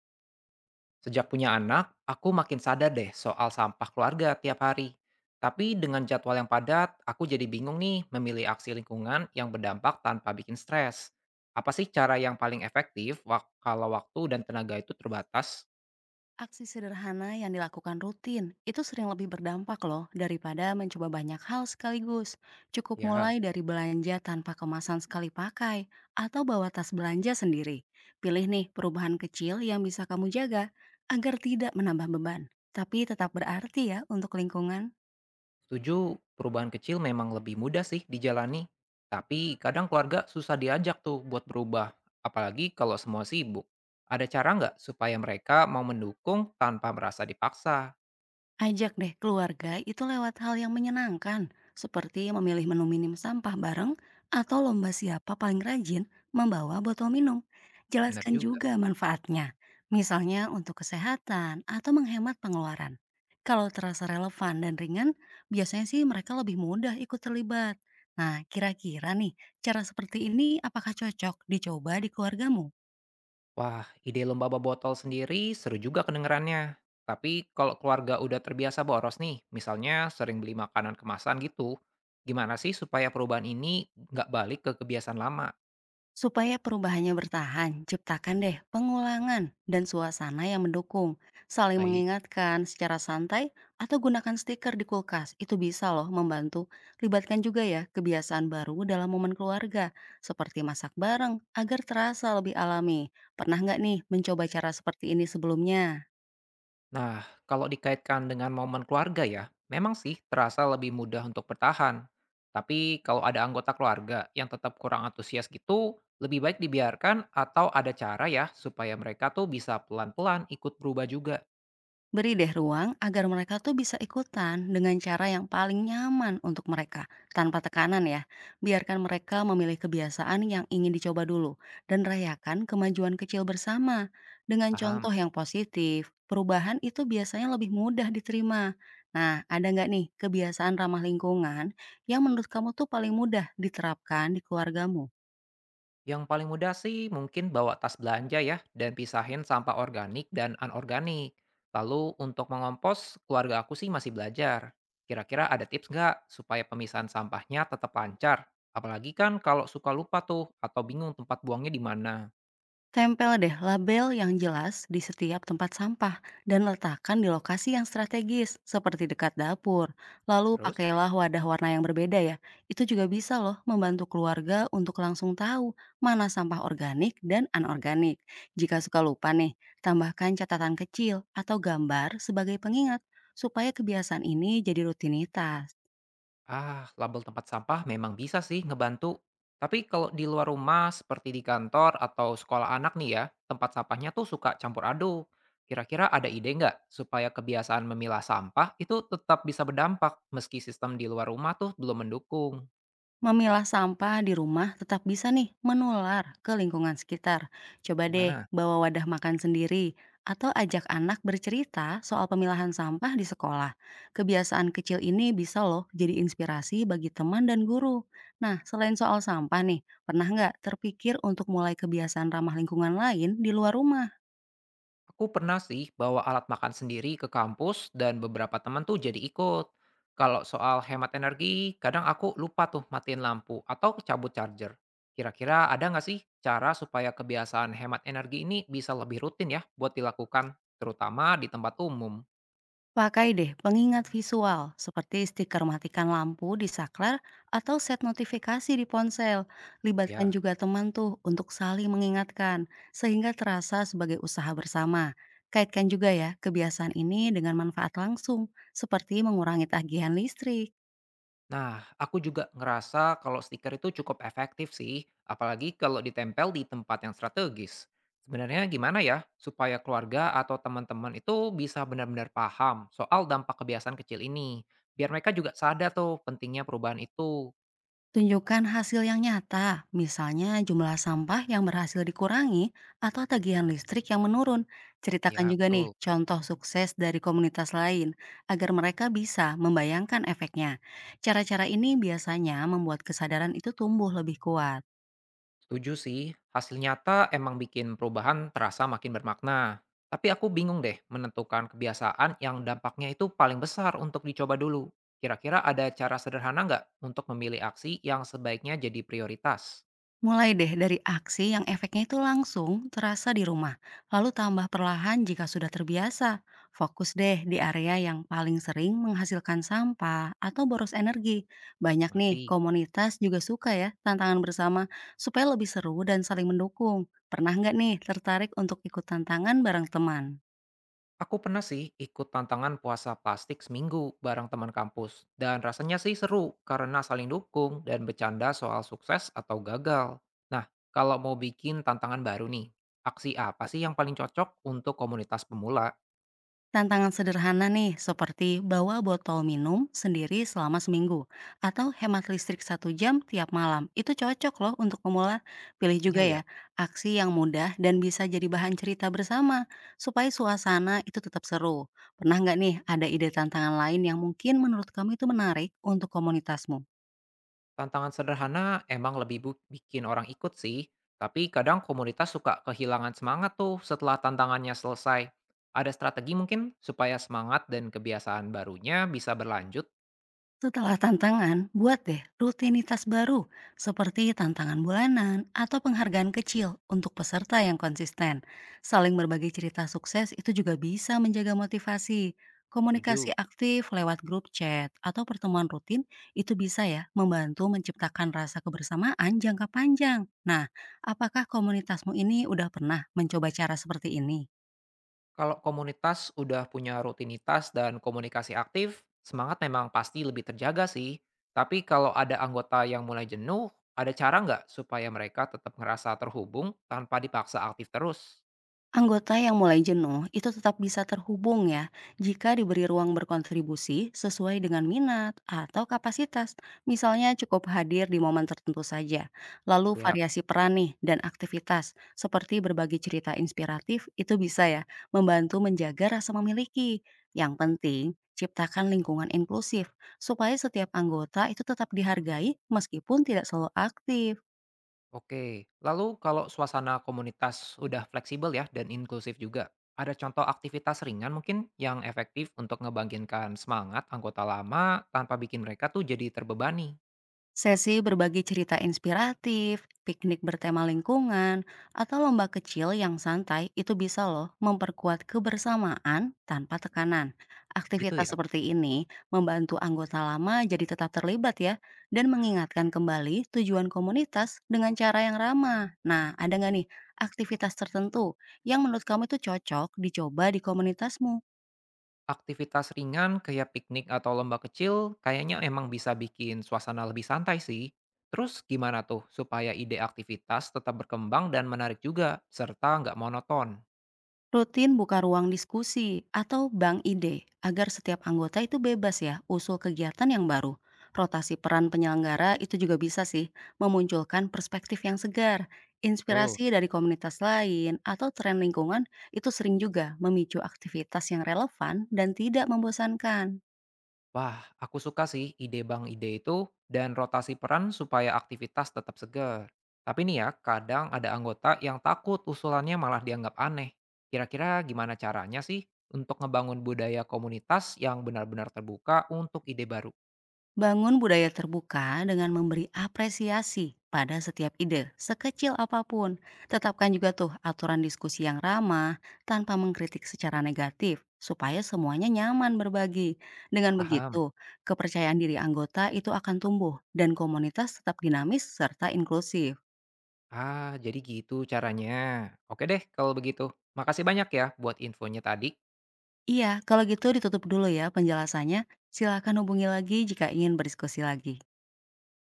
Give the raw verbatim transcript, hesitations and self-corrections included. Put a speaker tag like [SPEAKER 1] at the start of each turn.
[SPEAKER 1] Sejak punya anak, aku makin sadar deh soal sampah keluarga tiap hari. Tapi dengan jadwal yang padat, aku jadi bingung nih memilih aksi lingkungan yang berdampak tanpa bikin stres. Apa sih cara yang paling efektif wak- kalau waktu dan tenaga itu terbatas?
[SPEAKER 2] Aksi sederhana yang dilakukan rutin itu sering lebih berdampak loh daripada mencoba banyak hal sekaligus. Cukup
[SPEAKER 1] Ya,
[SPEAKER 2] mulai dari belanja tanpa kemasan sekali pakai atau bawa tas belanja sendiri. Pilih nih perubahan kecil yang bisa kamu jaga agar tidak menambah beban, tapi tetap berarti ya untuk lingkungan.
[SPEAKER 1] setuju perubahan kecil memang lebih mudah sih dijalani. Tapi kadang keluarga susah diajak tuh buat berubah, apalagi kalau semua sibuk. Ada cara nggak supaya mereka mau mendukung tanpa merasa dipaksa?
[SPEAKER 2] Ajak deh keluarga itu lewat hal yang menyenangkan, seperti memilih menu minim sampah bareng atau lomba siapa paling rajin membawa botol minum.
[SPEAKER 1] Bener
[SPEAKER 2] Jelaskan
[SPEAKER 1] juga.
[SPEAKER 2] juga manfaatnya, misalnya untuk kesehatan atau menghemat pengeluaran. Kalau terasa relevan dan ringan, biasanya sih mereka lebih mudah ikut terlibat. Nah, kira-kira nih, cara seperti ini apakah cocok dicoba di keluargamu?
[SPEAKER 1] Wah, ide lomba botol sendiri seru juga kedengerannya. Tapi kalau keluarga udah terbiasa boros nih, misalnya sering beli makanan kemasan gitu, gimana sih supaya perubahan ini nggak balik ke kebiasaan lama?
[SPEAKER 2] Supaya perubahannya bertahan, ciptakan deh pengulangan dan suasana yang mendukung. Saling
[SPEAKER 1] Baik.
[SPEAKER 2] mengingatkan secara santai atau gunakan stiker di kulkas. Itu bisa loh membantu. Libatkan juga ya kebiasaan baru dalam momen keluarga, seperti masak bareng agar terasa lebih alami. Pernah nggak nih mencoba cara seperti ini sebelumnya?
[SPEAKER 1] Nah, kalau dikaitkan dengan momen keluarga ya, memang sih terasa lebih mudah untuk bertahan. Tapi kalau ada anggota keluarga yang tetap kurang antusias gitu, lebih baik dibiarkan atau ada cara ya supaya mereka tuh bisa pelan-pelan ikut berubah juga.
[SPEAKER 2] Beri deh ruang agar mereka tuh bisa ikutan dengan cara yang paling nyaman untuk mereka, tanpa tekanan ya. Biarkan mereka memilih kebiasaan yang ingin dicoba dulu, dan rayakan kemajuan kecil bersama. Dengan
[SPEAKER 1] Paham?
[SPEAKER 2] contoh yang positif, perubahan itu biasanya lebih mudah diterima. Nah, ada nggak nih kebiasaan ramah lingkungan yang menurut kamu tuh paling mudah diterapkan di keluargamu?
[SPEAKER 1] Yang paling mudah sih mungkin bawa tas belanja ya dan pisahin sampah organik dan anorganik. Lalu untuk mengompos, keluarga aku sih masih belajar. Kira-kira ada tips nggak supaya pemisahan sampahnya tetap lancar? Apalagi kan kalau suka lupa tuh atau bingung tempat buangnya di mana.
[SPEAKER 2] Tempel deh label yang jelas di setiap tempat sampah dan letakkan di lokasi yang strategis seperti dekat dapur. Lalu
[SPEAKER 1] Terus?
[SPEAKER 2] pakailah wadah warna yang berbeda ya. Itu juga bisa loh membantu keluarga untuk langsung tahu mana sampah organik dan anorganik. Jika suka lupa nih, tambahkan catatan kecil atau gambar sebagai pengingat supaya kebiasaan ini jadi rutinitas.
[SPEAKER 1] Ah, label tempat sampah memang bisa sih ngebantu. Tapi kalau di luar rumah, seperti di kantor atau sekolah anak nih ya, tempat sampahnya tuh suka campur aduk. Kira-kira ada ide nggak supaya kebiasaan memilah sampah itu tetap bisa berdampak meski sistem di luar rumah tuh belum mendukung?
[SPEAKER 2] Memilah sampah di rumah tetap bisa nih menular ke lingkungan sekitar. Coba deh
[SPEAKER 1] Gimana?
[SPEAKER 2] bawa wadah makan sendiri atau ajak anak bercerita soal pemilahan sampah di sekolah. Kebiasaan kecil ini bisa loh jadi inspirasi bagi teman dan guru. Nah, selain soal sampah nih, pernah nggak terpikir untuk mulai kebiasaan ramah lingkungan lain di luar rumah?
[SPEAKER 1] Aku pernah sih bawa alat makan sendiri ke kampus dan beberapa teman tuh jadi ikut. Kalau soal hemat energi, kadang aku lupa tuh matiin lampu atau cabut charger. Kira-kira ada nggak sih cara supaya kebiasaan hemat energi ini bisa lebih rutin ya buat dilakukan, terutama di tempat umum?
[SPEAKER 2] Pakai deh pengingat visual seperti stiker matikan lampu di saklar atau set notifikasi di ponsel. Libatkan
[SPEAKER 1] Ya.
[SPEAKER 2] juga teman tuh untuk saling mengingatkan sehingga terasa sebagai usaha bersama. Kaitkan juga ya kebiasaan ini dengan manfaat langsung seperti mengurangi tagihan listrik.
[SPEAKER 1] Nah, aku juga ngerasa kalau stiker itu cukup efektif sih, apalagi kalau ditempel di tempat yang strategis. Sebenarnya gimana ya supaya keluarga atau teman-teman itu bisa benar-benar paham soal dampak kebiasaan kecil ini, biar mereka juga sadar tuh pentingnya perubahan itu.
[SPEAKER 2] Tunjukkan hasil yang nyata, misalnya jumlah sampah yang berhasil dikurangi atau tagihan listrik yang menurun. Ceritakan
[SPEAKER 1] Ya,
[SPEAKER 2] juga nih
[SPEAKER 1] betul.
[SPEAKER 2] contoh sukses dari komunitas lain agar mereka bisa membayangkan efeknya. Cara-cara ini biasanya membuat kesadaran itu tumbuh lebih kuat.
[SPEAKER 1] Setuju sih, hasil nyata emang bikin perubahan terasa makin bermakna. Tapi aku bingung deh menentukan kebiasaan yang dampaknya itu paling besar untuk dicoba dulu. Kira-kira ada cara sederhana nggak untuk memilih aksi yang sebaiknya jadi prioritas?
[SPEAKER 2] Mulai deh dari aksi yang efeknya itu langsung terasa di rumah, lalu tambah perlahan jika sudah terbiasa. Fokus deh di area yang paling sering menghasilkan sampah atau boros energi. Banyak nih,
[SPEAKER 1] Ngerti?
[SPEAKER 2] komunitas juga suka ya tantangan bersama supaya lebih seru dan saling mendukung. Pernah nggak nih tertarik untuk ikut tantangan bareng teman?
[SPEAKER 1] Aku pernah sih ikut tantangan puasa plastik seminggu bareng teman kampus. Dan rasanya sih seru karena saling dukung dan bercanda soal sukses atau gagal. Nah, kalau mau bikin tantangan baru nih, aksi apa sih yang paling cocok untuk komunitas pemula?
[SPEAKER 2] Tantangan sederhana nih, seperti bawa botol minum sendiri selama seminggu, atau hemat listrik satu jam tiap malam. Itu cocok loh untuk pemula. Pilih juga
[SPEAKER 1] Iya
[SPEAKER 2] ya,
[SPEAKER 1] ya,
[SPEAKER 2] aksi yang mudah dan bisa jadi bahan cerita bersama, supaya suasana itu tetap seru. Pernah nggak nih ada ide tantangan lain yang mungkin menurut kamu itu menarik untuk komunitasmu?
[SPEAKER 1] tantangan sederhana emang lebih bu- bikin orang ikut sih, tapi kadang komunitas suka kehilangan semangat tuh setelah tantangannya selesai. Ada strategi mungkin supaya semangat dan kebiasaan barunya bisa berlanjut?
[SPEAKER 2] Setelah tantangan, buat deh rutinitas baru seperti tantangan bulanan atau penghargaan kecil untuk peserta yang konsisten. Saling berbagi cerita sukses itu juga bisa menjaga motivasi. Komunikasi
[SPEAKER 1] Tujuh.
[SPEAKER 2] aktif lewat grup chat atau pertemuan rutin itu bisa ya membantu menciptakan rasa kebersamaan jangka panjang. Nah, apakah komunitasmu ini udah pernah mencoba cara seperti ini?
[SPEAKER 1] Kalau komunitas udah punya rutinitas dan komunikasi aktif, semangat memang pasti lebih terjaga sih. Tapi kalau ada anggota yang mulai jenuh, ada cara nggak supaya mereka tetap ngerasa terhubung tanpa dipaksa aktif terus?
[SPEAKER 2] Anggota yang mulai jenuh itu tetap bisa terhubung ya jika diberi ruang berkontribusi sesuai dengan minat atau kapasitas. Misalnya cukup hadir di momen tertentu saja. Lalu
[SPEAKER 1] Ya.
[SPEAKER 2] variasi peran nih dan aktivitas seperti berbagi cerita inspiratif itu bisa ya membantu menjaga rasa memiliki. Yang penting ciptakan lingkungan inklusif supaya setiap anggota itu tetap dihargai meskipun tidak selalu aktif.
[SPEAKER 1] Oke, lalu kalau suasana komunitas udah fleksibel ya dan inklusif juga, ada contoh aktivitas ringan mungkin yang efektif untuk ngebangkitkan semangat anggota lama tanpa bikin mereka tuh jadi terbebani,
[SPEAKER 2] Sesi berbagi cerita inspiratif, piknik bertema lingkungan, atau lomba kecil yang santai itu bisa loh memperkuat kebersamaan tanpa tekanan.
[SPEAKER 1] gitu
[SPEAKER 2] Aktivitas
[SPEAKER 1] ya?
[SPEAKER 2] seperti ini membantu anggota lama jadi tetap terlibat ya, dan mengingatkan kembali tujuan komunitas dengan cara yang ramah. Nah, ada nggak nih aktivitas tertentu yang menurut kamu itu cocok dicoba di komunitasmu?
[SPEAKER 1] Aktivitas ringan kayak piknik atau lomba kecil kayaknya emang bisa bikin suasana lebih santai sih. Terus gimana tuh supaya ide aktivitas tetap berkembang dan menarik juga, serta nggak monoton?
[SPEAKER 2] Rutin buka ruang diskusi atau bank ide agar setiap anggota itu bebas ya usul kegiatan yang baru. Rotasi peran penyelenggara itu juga bisa sih memunculkan perspektif yang segar.
[SPEAKER 1] Betul.
[SPEAKER 2] Inspirasi dari komunitas lain atau tren lingkungan itu sering juga memicu aktivitas yang relevan dan tidak membosankan.
[SPEAKER 1] Wah, aku suka sih ide bank ide itu dan rotasi peran supaya aktivitas tetap segar. Tapi nih ya, kadang ada anggota yang takut usulannya malah dianggap aneh. Kira-kira gimana caranya sih untuk ngebangun budaya komunitas yang benar-benar terbuka untuk ide baru?
[SPEAKER 2] Bangun budaya terbuka dengan memberi apresiasi pada setiap ide, sekecil apapun. Tetapkan juga tuh aturan diskusi yang ramah tanpa mengkritik secara negatif, supaya semuanya nyaman berbagi. Dengan
[SPEAKER 1] Paham?
[SPEAKER 2] begitu, kepercayaan diri anggota itu akan tumbuh dan komunitas tetap dinamis serta inklusif.
[SPEAKER 1] Ah, jadi gitu caranya. Oke deh kalau begitu. Makasih banyak ya buat infonya tadi.
[SPEAKER 2] Iya, kalau gitu ditutup dulu ya penjelasannya. Silakan hubungi lagi jika ingin berdiskusi lagi.